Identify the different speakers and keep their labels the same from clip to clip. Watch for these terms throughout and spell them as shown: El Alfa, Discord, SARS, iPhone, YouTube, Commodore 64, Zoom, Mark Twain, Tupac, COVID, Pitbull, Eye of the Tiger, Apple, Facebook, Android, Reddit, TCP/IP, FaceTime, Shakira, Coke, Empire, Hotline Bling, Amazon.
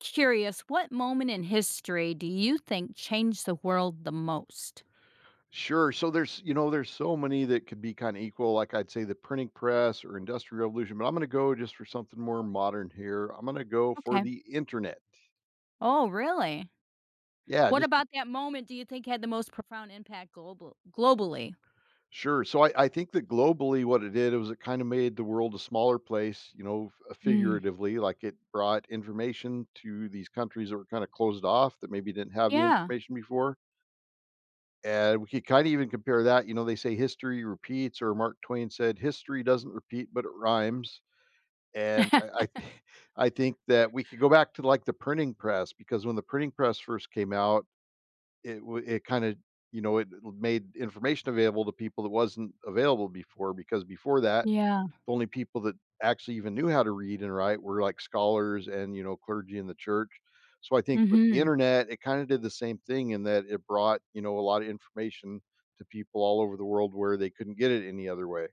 Speaker 1: Curious, what moment in history do you think changed the world the most?
Speaker 2: Sure. So there's so many that could be kind of equal. Like I'd say the printing press or industrial revolution, but I'm going to go just for something more modern here. I'm going to go for
Speaker 1: Okay.
Speaker 2: the internet.
Speaker 1: Oh, really?
Speaker 2: Yeah,
Speaker 1: What about that moment do you think had the most profound impact globally?
Speaker 2: sure. So I think that globally, what it did was it kind of made the world a smaller place, you know,
Speaker 1: Mm.
Speaker 2: figuratively, like it brought information to these countries that were kind of closed off that maybe didn't have the
Speaker 1: Yeah.
Speaker 2: information before. And we could kind of even compare that. You know, they say history repeats, or Mark Twain said, history doesn't repeat, but it rhymes. And I I I think that we could go back to, like, the printing press because when the printing press first came out, it wa it kinda you know, it made information available to people that wasn't available before because before that,
Speaker 1: Yeah.
Speaker 2: the only people that actually even knew how to read and write were, like, scholars and, you know, clergy in the church. So I think with the
Speaker 1: Mhm.
Speaker 2: internet, it kinda did the same thing in that it brought, you know, a lot of information to people all over the world where they couldn't get it any other way.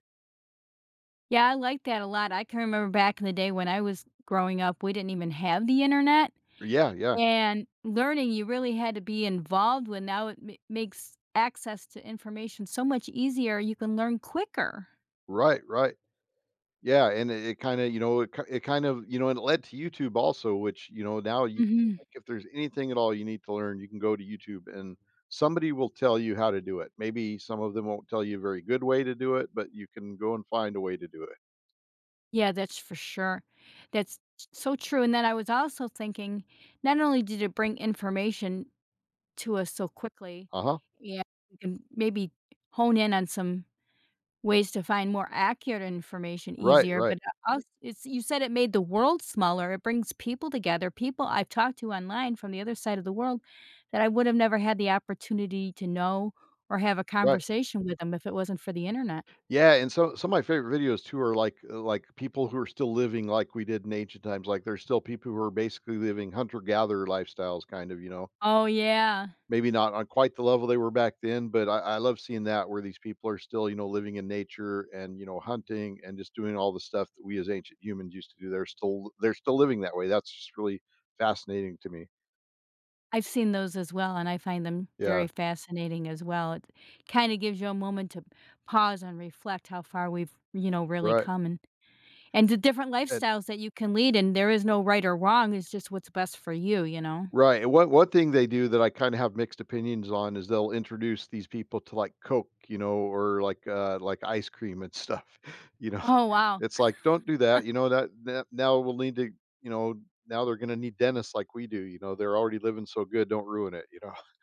Speaker 1: Yeah, I like that a lot. I can remember back in the day when I was growing up, we didn't even have the Internet,
Speaker 2: Yeah, yeah.
Speaker 1: and learning, you really had to be involved when now it ma makes access to information so much easier, you can learn quicker.
Speaker 2: Right, right. Yeah, and it kinda, you know, it ki it kind of you know, and it led to YouTube also, which, you know, now you
Speaker 1: Mhm.
Speaker 2: like, if there's anything at all you need to learn, you can go to YouTube and somebody will tell you how to do it. Maybe some of them won't tell you a very good way to do it, but you can go and find a way to do it.
Speaker 1: Yeah, that's for sure. That's so true, and then I was also thinking, not only did it bring information to us so quickly,
Speaker 2: Uh-huh.
Speaker 1: yeah, we can maybe hone in on some ways to find more accurate information
Speaker 2: Right,
Speaker 1: easier, but
Speaker 2: right,
Speaker 1: it's you said it made the world smaller, it brings people together, people I've talked to online from the other side of the world that I would have never had the opportunity to know or have a
Speaker 2: right.
Speaker 1: conversation with them if it wasn't for the internet.
Speaker 2: Yeah, and so some of my favorite videos too are like people who are still living like we did in ancient times, like, there's still people who are basically living hunter-gatherer lifestyles kind of, you know?
Speaker 1: Oh, yeah.
Speaker 2: Maybe not on quite the level they were back then, but I love seeing that where these people are still, you know, living in nature and you know hunting and just doing all the stuff that we as ancient humans used to do. They're still living that way. That's just really fascinating to me.
Speaker 1: I've seen those as well, and I find them
Speaker 2: Yeah,
Speaker 1: very fascinating as well. It kinda gives you a moment to pause and reflect how far we've, you know, really
Speaker 2: right.
Speaker 1: come and the different
Speaker 2: And
Speaker 1: lifestyles that you can lead, and there is no right or wrong, it's just what's best for you, you know?
Speaker 2: right. And one thing they do that I kind of have mixed opinions on is they'll introduce these people to like Coke, you know, or like ice cream and stuff. You know,
Speaker 1: Oh, wow.
Speaker 2: it's like, "Don't do that," you know, that now we'll need to you know, now they're gonna need dentists like we do, you know, they're already living so good, don't ruin it, you know?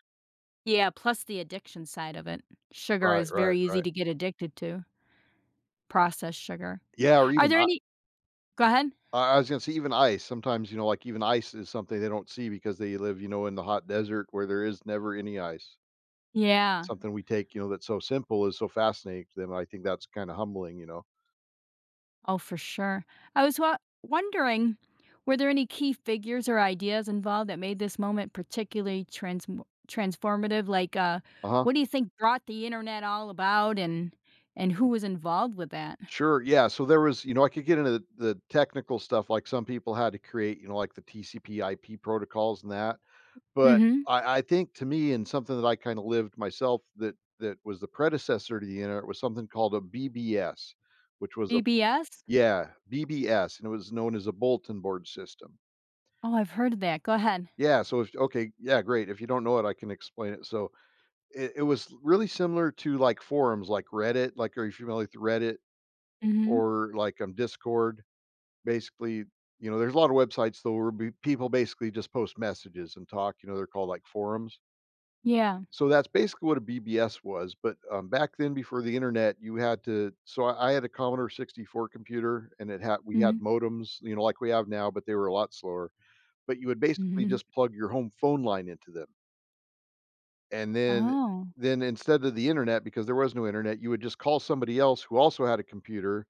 Speaker 1: Yeah, plus the addiction side of it. Sugar
Speaker 2: Right,
Speaker 1: is
Speaker 2: right,
Speaker 1: very easy
Speaker 2: right.
Speaker 1: to get addicted to, processed sugar.
Speaker 2: Yeah, or
Speaker 1: Are
Speaker 2: even
Speaker 1: there any go ahead.
Speaker 2: I was gonna say even ice, sometimes, you know, like, even ice is something they don't see because they live, you know, in the hot desert where there is never any ice.
Speaker 1: Yeah.
Speaker 2: Something we take, you know, that's so simple is so fascinating to them. I think that's kinda humbling, you know?
Speaker 1: Oh, for sure. I was wa- wondering, were there any key figures or ideas involved that made this moment transformative?
Speaker 2: Uh-huh.
Speaker 1: What do you think brought the internet all about, and who was involved with that?
Speaker 2: Sure, yeah, so there was you know, I could get into the technical stuff, like, some people had to create, you know, like, the TCP/IP protocols and that. But
Speaker 1: Mm-hmm.
Speaker 2: I think to me and something that I kinda lived myself that was the predecessor to the internet was something called a BBS, which was a
Speaker 1: BBS.
Speaker 2: yeah, BBS, and it was known as a bulletin board system.
Speaker 1: Oh, I've heard of that. Go ahead.
Speaker 2: Yeah, so if okay, yeah, great. If you don't know it, I can explain it. So it was really similar to, like, forums like Reddit, like, are you familiar with Reddit
Speaker 1: Mm-hmm.
Speaker 2: or, like, Discord? Basically, you know, there's a lot of websites, though, where be people basically just post messages and talk, you know, they're called, like, forums.
Speaker 1: Yeah.
Speaker 2: So that's basically what a BBS was, but, back then before the internet, you had to so I had a Commodore 64 computer, and it had we
Speaker 1: Mm-hmm.
Speaker 2: had modems, you know, like we have now, but they were a lot slower, but you would basically just plug your home phone line into them, and then
Speaker 1: Oh,
Speaker 2: then instead of the internet, because there was no internet, you would just call somebody else who also had a computer,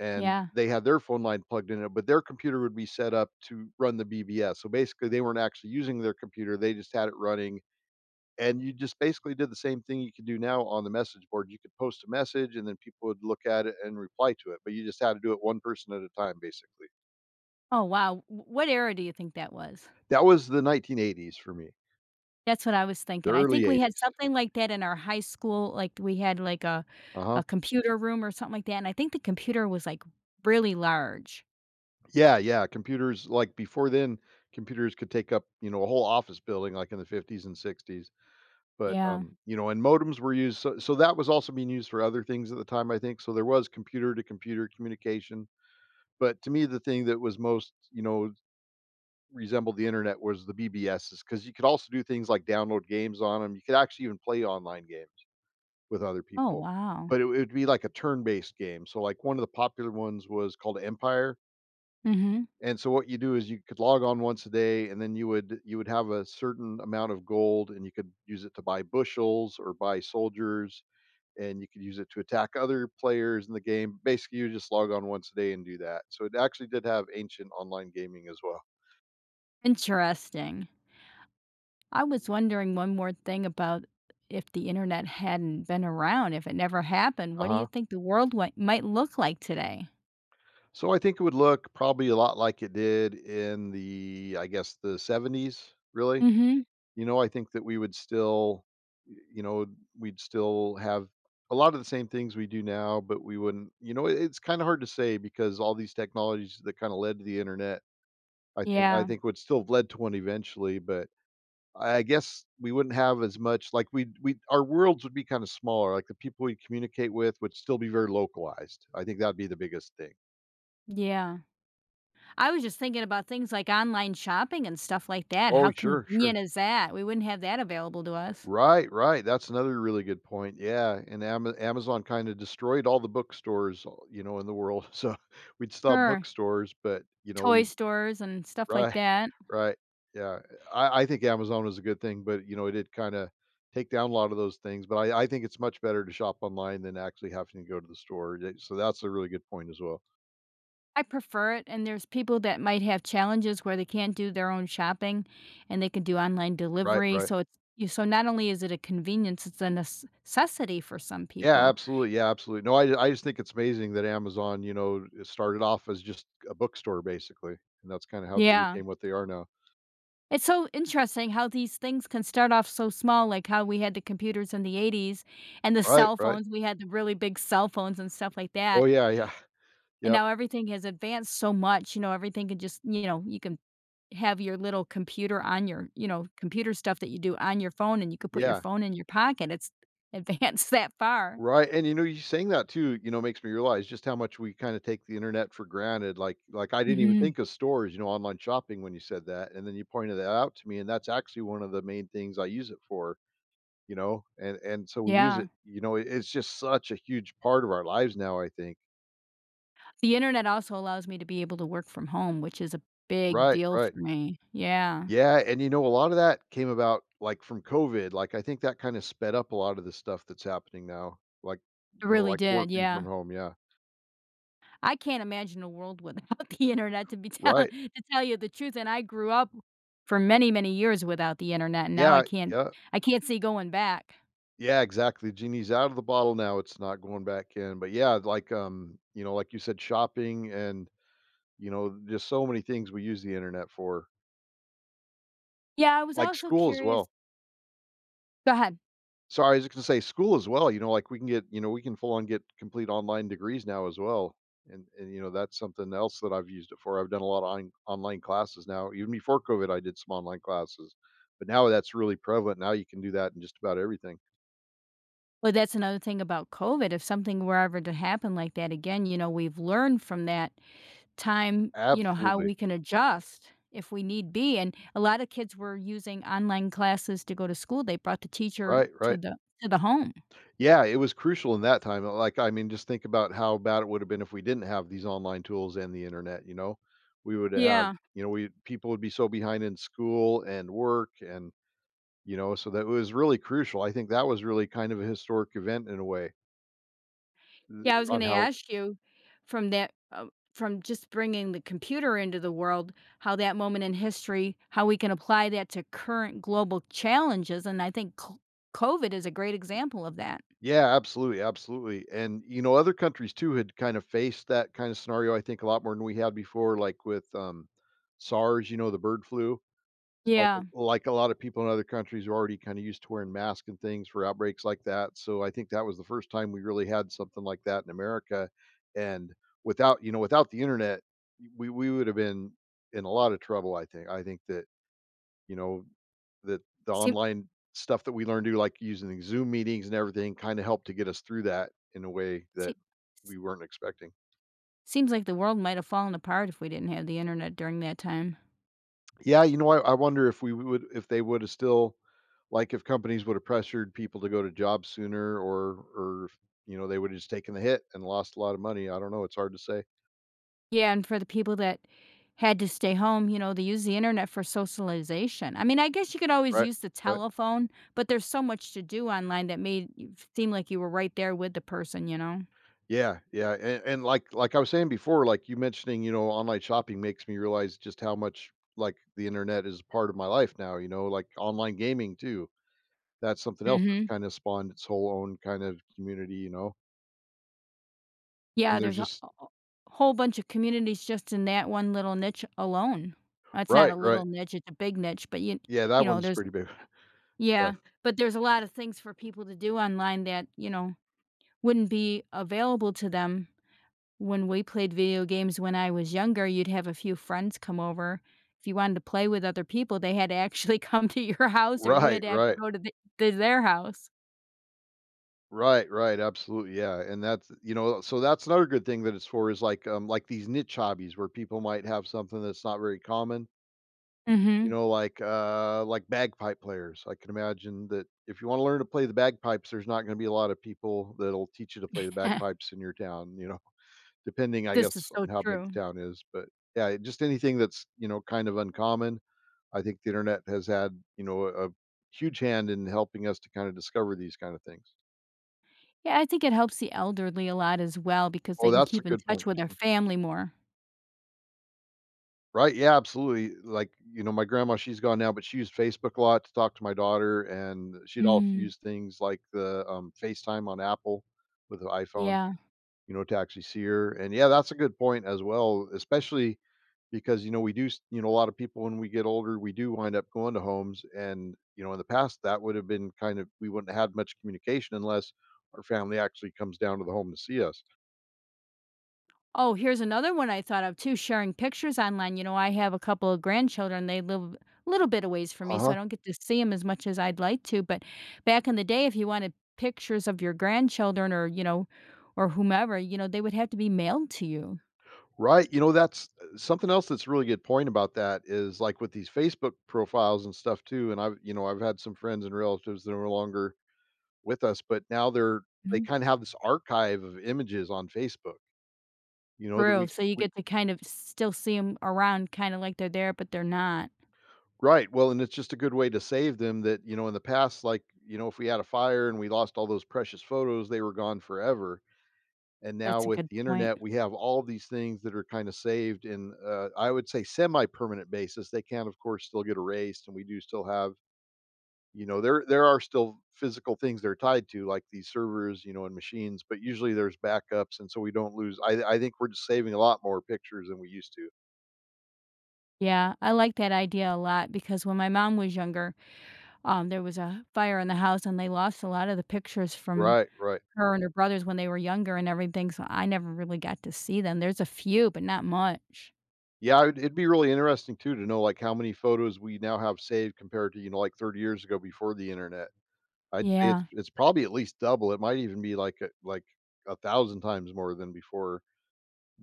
Speaker 2: and
Speaker 1: yeah.
Speaker 2: they had their phone line plugged in it, but their computer would be set up to run the BBS, so basically, they weren't actually using their computer, they just had it running, and you just basically did the same thing you could do now on the message board. You could post a message and then people would look at it and reply to it, but you just had to do it one person at a time, basically.
Speaker 1: Oh, wow. What era do you think that was?
Speaker 2: That was the 1980s for me,
Speaker 1: That's what I was
Speaker 2: the
Speaker 1: thinking. I think
Speaker 2: early
Speaker 1: we had
Speaker 2: 80s.
Speaker 1: something like that in our high school, like, we had, like, a
Speaker 2: Uh-huh.
Speaker 1: computer room or something like that, and I think the computer was, like, really large.
Speaker 2: Yeah, yeah. Computers like before then, computers could take up, you know, a whole office building like in the 50s and 60s. But
Speaker 1: Yeah.
Speaker 2: you know, and modems were used so, so that was also being used for other things at the time, I think. So there was computer to computer communication. But to me, the thing that was most, you know, resembled the internet was the B B Ss, because you could also do things like download games on them. You could actually even play online games with other
Speaker 1: Oh,
Speaker 2: people,
Speaker 1: wow.
Speaker 2: but it would be like a turn-based game. So, like, one of the popular ones was called Empire,
Speaker 1: Mhm.
Speaker 2: and so what you do is you could log on once a day, and then you would have a certain amount of gold, and you could use it to buy bushels or buy soldiers, and you could use it to attack other players in the game. Basically, you just log on once a day and do that. So it actually did have ancient online gaming as well.
Speaker 1: Interesting. I was wondering one more thing about if the Internet hadn't been around, if it never happened, what do you
Speaker 2: Uh-huh.
Speaker 1: think the world what might look like today?
Speaker 2: So I think it would look probably a lot like it did in the, I guess, the 70s, really.
Speaker 1: Mhm.
Speaker 2: You know, I think that we would still, y- you know, we'd still have a lot of the same things we do now, but we wouldn't, you know, it's kind of hard to say because all these technologies that kind of led to the internet, I
Speaker 1: Yeah.
Speaker 2: think would still have led to one eventually, but I guess we wouldn't have as much like we our worlds would be kind of smaller. Like the people we communicate with would still be very localized. I think that'd be the biggest thing.
Speaker 1: Yeah. I was just thinking about things like online shopping and stuff like that. How
Speaker 2: Oh, sure, sure.
Speaker 1: convenient is that? We wouldn't have that available to us.
Speaker 2: Right, right, that's another really good point, yeah, and Amazon kinda destroyed all the bookstores, you know, in the world, so we'd stop
Speaker 1: Sure.
Speaker 2: bookstores, but, you know,
Speaker 1: Toy
Speaker 2: we
Speaker 1: stores and stuff like
Speaker 2: right,
Speaker 1: that.
Speaker 2: right, yeah, I think Amazon was a good thing, but, you know, it did kinda take down a lot of those things, but I think it's much better to shop online than actually having to go to the store, yeah, so that's a really good point as well.
Speaker 1: I prefer it, and there's people that might have challenges where they can't do their own shopping, and they can do online
Speaker 2: Right,
Speaker 1: delivery,
Speaker 2: right.
Speaker 1: so it's you so not only is it a convenience, it's a nes necessity for some people.
Speaker 2: Yeah, absolutely, no, I just think it's amazing that Amazon, you know, started off as just a bookstore, basically, and that's kinda how they
Speaker 1: Yeah.
Speaker 2: became what they are now.
Speaker 1: It's so interesting how these things can start off so small, like how we had the computers in the '80s and the
Speaker 2: Right,
Speaker 1: cell
Speaker 2: right.
Speaker 1: phones, we had the really big cell phones and stuff like
Speaker 2: Oh,
Speaker 1: that,
Speaker 2: yeah, yeah.
Speaker 1: and
Speaker 2: Yep,
Speaker 1: now everything has advanced so much, you know, everything can just you know, you can have your little computer on your you know, computer stuff that you do on your phone, and you could put your
Speaker 2: yeah.
Speaker 1: phone in your pocket, it's advanced that far.
Speaker 2: Right, and, you know, you saying that too, you know, makes me realize just how much we kinda take the internet for granted, I didn't even
Speaker 1: Mhm,
Speaker 2: think of stores, you know, online shopping when you said that, and then you pointed that out to me, and that's actually one of the main things I use it for, you know, and so we use
Speaker 1: yeah.
Speaker 2: it, you know, it's just such a huge part of our lives now, I think.
Speaker 1: The internet also allows me to be able to work from home, which is a big
Speaker 2: Right,
Speaker 1: deal
Speaker 2: right.
Speaker 1: for me. Yeah.
Speaker 2: Yeah, and, you know, a lot of that came about, like, from COVID, like, I think that kinda sped up a lot of the stuff that's happening now, like,
Speaker 1: It
Speaker 2: you know,
Speaker 1: really
Speaker 2: like
Speaker 1: did,
Speaker 2: working
Speaker 1: yeah.
Speaker 2: from home, yeah.
Speaker 1: I can't imagine a world without the internet to be tell
Speaker 2: Right.
Speaker 1: to tell you the truth, and I grew up for many, many years without the internet, and now
Speaker 2: Yeah, yeah.
Speaker 1: I can't see going back.
Speaker 2: Yeah, exactly. Genie's out of the bottle now, it's not going back in. But yeah, like, you know, like you said, shopping and, you know, just so many things we use the internet for.
Speaker 1: Yeah, I was
Speaker 2: Like
Speaker 1: also
Speaker 2: school as
Speaker 1: curious
Speaker 2: well.
Speaker 1: go ahead.
Speaker 2: Sorry, I was just gonna say school as well, you know, like we can get, you know, we can full on get complete online degrees now as well. And you know, that's something else that I've used it for. I've done a lot of online classes now. Even before COVID, I did some online classes. But now that's really prevalent. Now you can do that in just about everything.
Speaker 1: Well, that's another thing about COVID. If something were ever to happen like that again, you know, we've learned from that time, you know, how we
Speaker 2: Absolutely.
Speaker 1: can adjust if we need be. And a lot of kids were using online classes to go to school. They brought the teacher
Speaker 2: Right, right.
Speaker 1: to the home.
Speaker 2: Yeah, it was crucial in that time. Just think about how bad it would have been if we didn't have these online tools and the internet, you know? We would have,
Speaker 1: Yeah.
Speaker 2: we people would be so behind in school and work and so that was really crucial. I think that was really kind of a historic event in a way th-
Speaker 1: Yeah, I was going
Speaker 2: on
Speaker 1: to
Speaker 2: how
Speaker 1: ask you from that from just bringing the computer into the world, how that moment in history, how we can apply that to current global challenges, and I think COVID is a great example of that.
Speaker 2: Yeah, absolutely, absolutely. And you know, other countries too had kind of faced that kind of scenario I think a lot more than we had before like with SARS, you know, the bird flu. It's like
Speaker 1: Yeah.
Speaker 2: like a lot of people in other countries are already kinda used to wearing masks and things for outbreaks like that, so I think that was the first time we really had something like that in America, and without you know, without the internet, we would have been in a lot of trouble, I think. I think that, you know, that the
Speaker 1: See
Speaker 2: online stuff that we learned to do, like using Zoom meetings and everything, kinda helped to get us through that in a way
Speaker 1: See
Speaker 2: that
Speaker 1: s
Speaker 2: we weren't expecting.
Speaker 1: Seems like the world might have fallen apart if we didn't have the internet during that time.
Speaker 2: Yeah, you know, I wonder if we would if they woulda still like, if companies woulda pressured people to go to jobs sooner or if, you know, they woulda just taken the hit and lost a lot of money. I don't know, it's hard to say.
Speaker 1: Yeah, and for the people that had to stay home, you know, they use the internet for socialization. I mean, I guess you could always
Speaker 2: Right,
Speaker 1: use the
Speaker 2: right.
Speaker 1: telephone, but there's so much to do online that made you seem like you were right there with the person, you know?
Speaker 2: Yeah, yeah, and like I was saying before, like, you mentioning, you know, online shopping makes me realize just how much, like, the internet is part of my life now, you know, like, online gaming too. That's something else that's
Speaker 1: Mhm.
Speaker 2: kinda spawned its whole own kind of community, you know, and
Speaker 1: Yeah,
Speaker 2: there's
Speaker 1: there's
Speaker 2: just.
Speaker 1: a whole bunch of communities just in that one little niche alone. Well, it's not a
Speaker 2: Right,
Speaker 1: little
Speaker 2: right.
Speaker 1: niche, it's a big niche, but
Speaker 2: Yeah,
Speaker 1: you
Speaker 2: that
Speaker 1: know,
Speaker 2: one's
Speaker 1: there's
Speaker 2: pretty big. Yeah.
Speaker 1: yeah, but there's a lot of things for people to do online that, you know, wouldn't be available to them when we played video games when I was younger, you'd have a few friends come over. If you wanted to play with other people, they had to actually come to your house or you
Speaker 2: Right,
Speaker 1: had to have to
Speaker 2: right.
Speaker 1: go to the to their house.
Speaker 2: Right, right, absolutely, yeah, and that's you know, so that's another good thing that it's for is like these niche hobbies where people might have something that's not very common, you
Speaker 1: Mhm.
Speaker 2: know, like bagpipe players. I can imagine that if you want to learn to play the bagpipes, there's not going to be a lot of people that'll teach you to play the bagpipes in your town, you know, depending, I
Speaker 1: This is
Speaker 2: guess,
Speaker 1: so
Speaker 2: on how big
Speaker 1: true.
Speaker 2: the town is. But yeah, just anything that's, you know, kind of uncommon. I think the internet has had, you know, a huge hand in helping us to kind of discover these kind of things.
Speaker 1: Yeah, I think it helps the elderly a lot as well because
Speaker 2: Oh,
Speaker 1: they can
Speaker 2: that's a
Speaker 1: keep in
Speaker 2: good
Speaker 1: touch
Speaker 2: point.
Speaker 1: with their family more.
Speaker 2: Right, yeah, absolutely, like, you know, my grandma, she's gone now, but she used Facebook a lot to talk to my daughter, and she'd also
Speaker 1: Mm,
Speaker 2: use things like the, FaceTime on Apple with the iPhone,
Speaker 1: yeah.
Speaker 2: you know, to actually see her, and yeah, that's a good point as well, especially because, you know, we do s you know, a lot of people when we get older, we do wind up going to homes, and, you know, in the past, that would have been kind of we wouldn't have had much communication unless our family actually comes down to the home to see us.
Speaker 1: Oh, here's another one I thought of too, sharing pictures online. You know, I have a couple of grandchildren. They live a little bit away from me, so I
Speaker 2: Uh-huh.
Speaker 1: don't get to see them as much as I'd like to. But back in the day, if you wanted pictures of your grandchildren or, you know, or whomever, you know, they would have to be mailed to you.
Speaker 2: Right, you know, that's something else that's a really good point about that is, like, with these Facebook profiles and stuff too, and I've you know, I've had some friends and relatives that are no longer with us, but now they
Speaker 1: Mhm.
Speaker 2: kinda have this archive of images on Facebook, you know, that
Speaker 1: True.
Speaker 2: we
Speaker 1: So you
Speaker 2: we
Speaker 1: get to kind of still see them around, kind of like they're there, but they're not.
Speaker 2: Right, well, and it's just a good way to save them that, you know, in the past, like, you know, if we had a fire and we lost all those precious photos, they were gone forever. And now
Speaker 1: That's a
Speaker 2: with
Speaker 1: good
Speaker 2: the
Speaker 1: point.
Speaker 2: internet, we have all these things that are kind of saved in, I would say, semi-permanent basis. They can, of course, still get erased, and we do still have, you know, there are still physical things they're tied to, like these servers, you know, and machines. But usually there's backups, and so we don't lose. I think we're just saving a lot more pictures than we used to.
Speaker 1: Yeah, I like that idea a lot because when my mom was younger, there was a fire in the house and they lost a lot of the pictures from
Speaker 2: Right, right.
Speaker 1: her and her brothers when they were younger and everything, so I never really got to see them. There's a few, but not much.
Speaker 2: Yeah, it'd be really interesting too to know like how many photos we now have saved compared to you know like 30 years ago before the internet. I'd say it's
Speaker 1: Yeah,
Speaker 2: it's probably at least double. It might even be like a 1,000 times more than before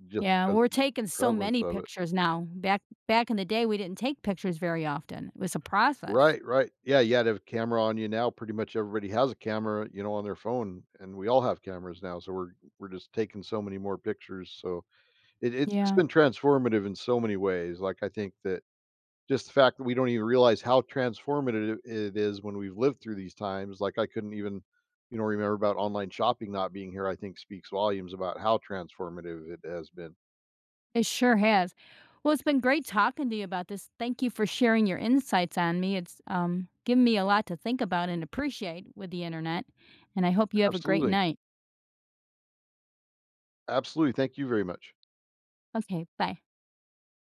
Speaker 2: just
Speaker 1: yeah,
Speaker 2: because of
Speaker 1: we're
Speaker 2: the
Speaker 1: taking so
Speaker 2: prevalence
Speaker 1: many
Speaker 2: of it.
Speaker 1: pictures now. Back in the day, we didn't take pictures very often. It was a process.
Speaker 2: Right, right. Yeah, you had to have a camera on you now. Pretty much everybody has a camera, you know, on their phone, and we all have cameras now. So we're just taking so many more pictures. So it's just
Speaker 1: Yeah,
Speaker 2: been transformative in so many ways. Like I think that just the fact that we don't even realize how transformative it is when we've lived through these times. Like I couldn't even, you know, remember about online shopping not being here. I think speaks volumes about how transformative it has been.
Speaker 1: it sure has. Well, it's been great talking to you about this. Thank you for sharing your insights on me. Given me a lot to think about and appreciate with the internet, and I hope you have a great
Speaker 2: Absolutely,
Speaker 1: night.
Speaker 2: absolutely. Thank you very much.
Speaker 1: Okay, bye.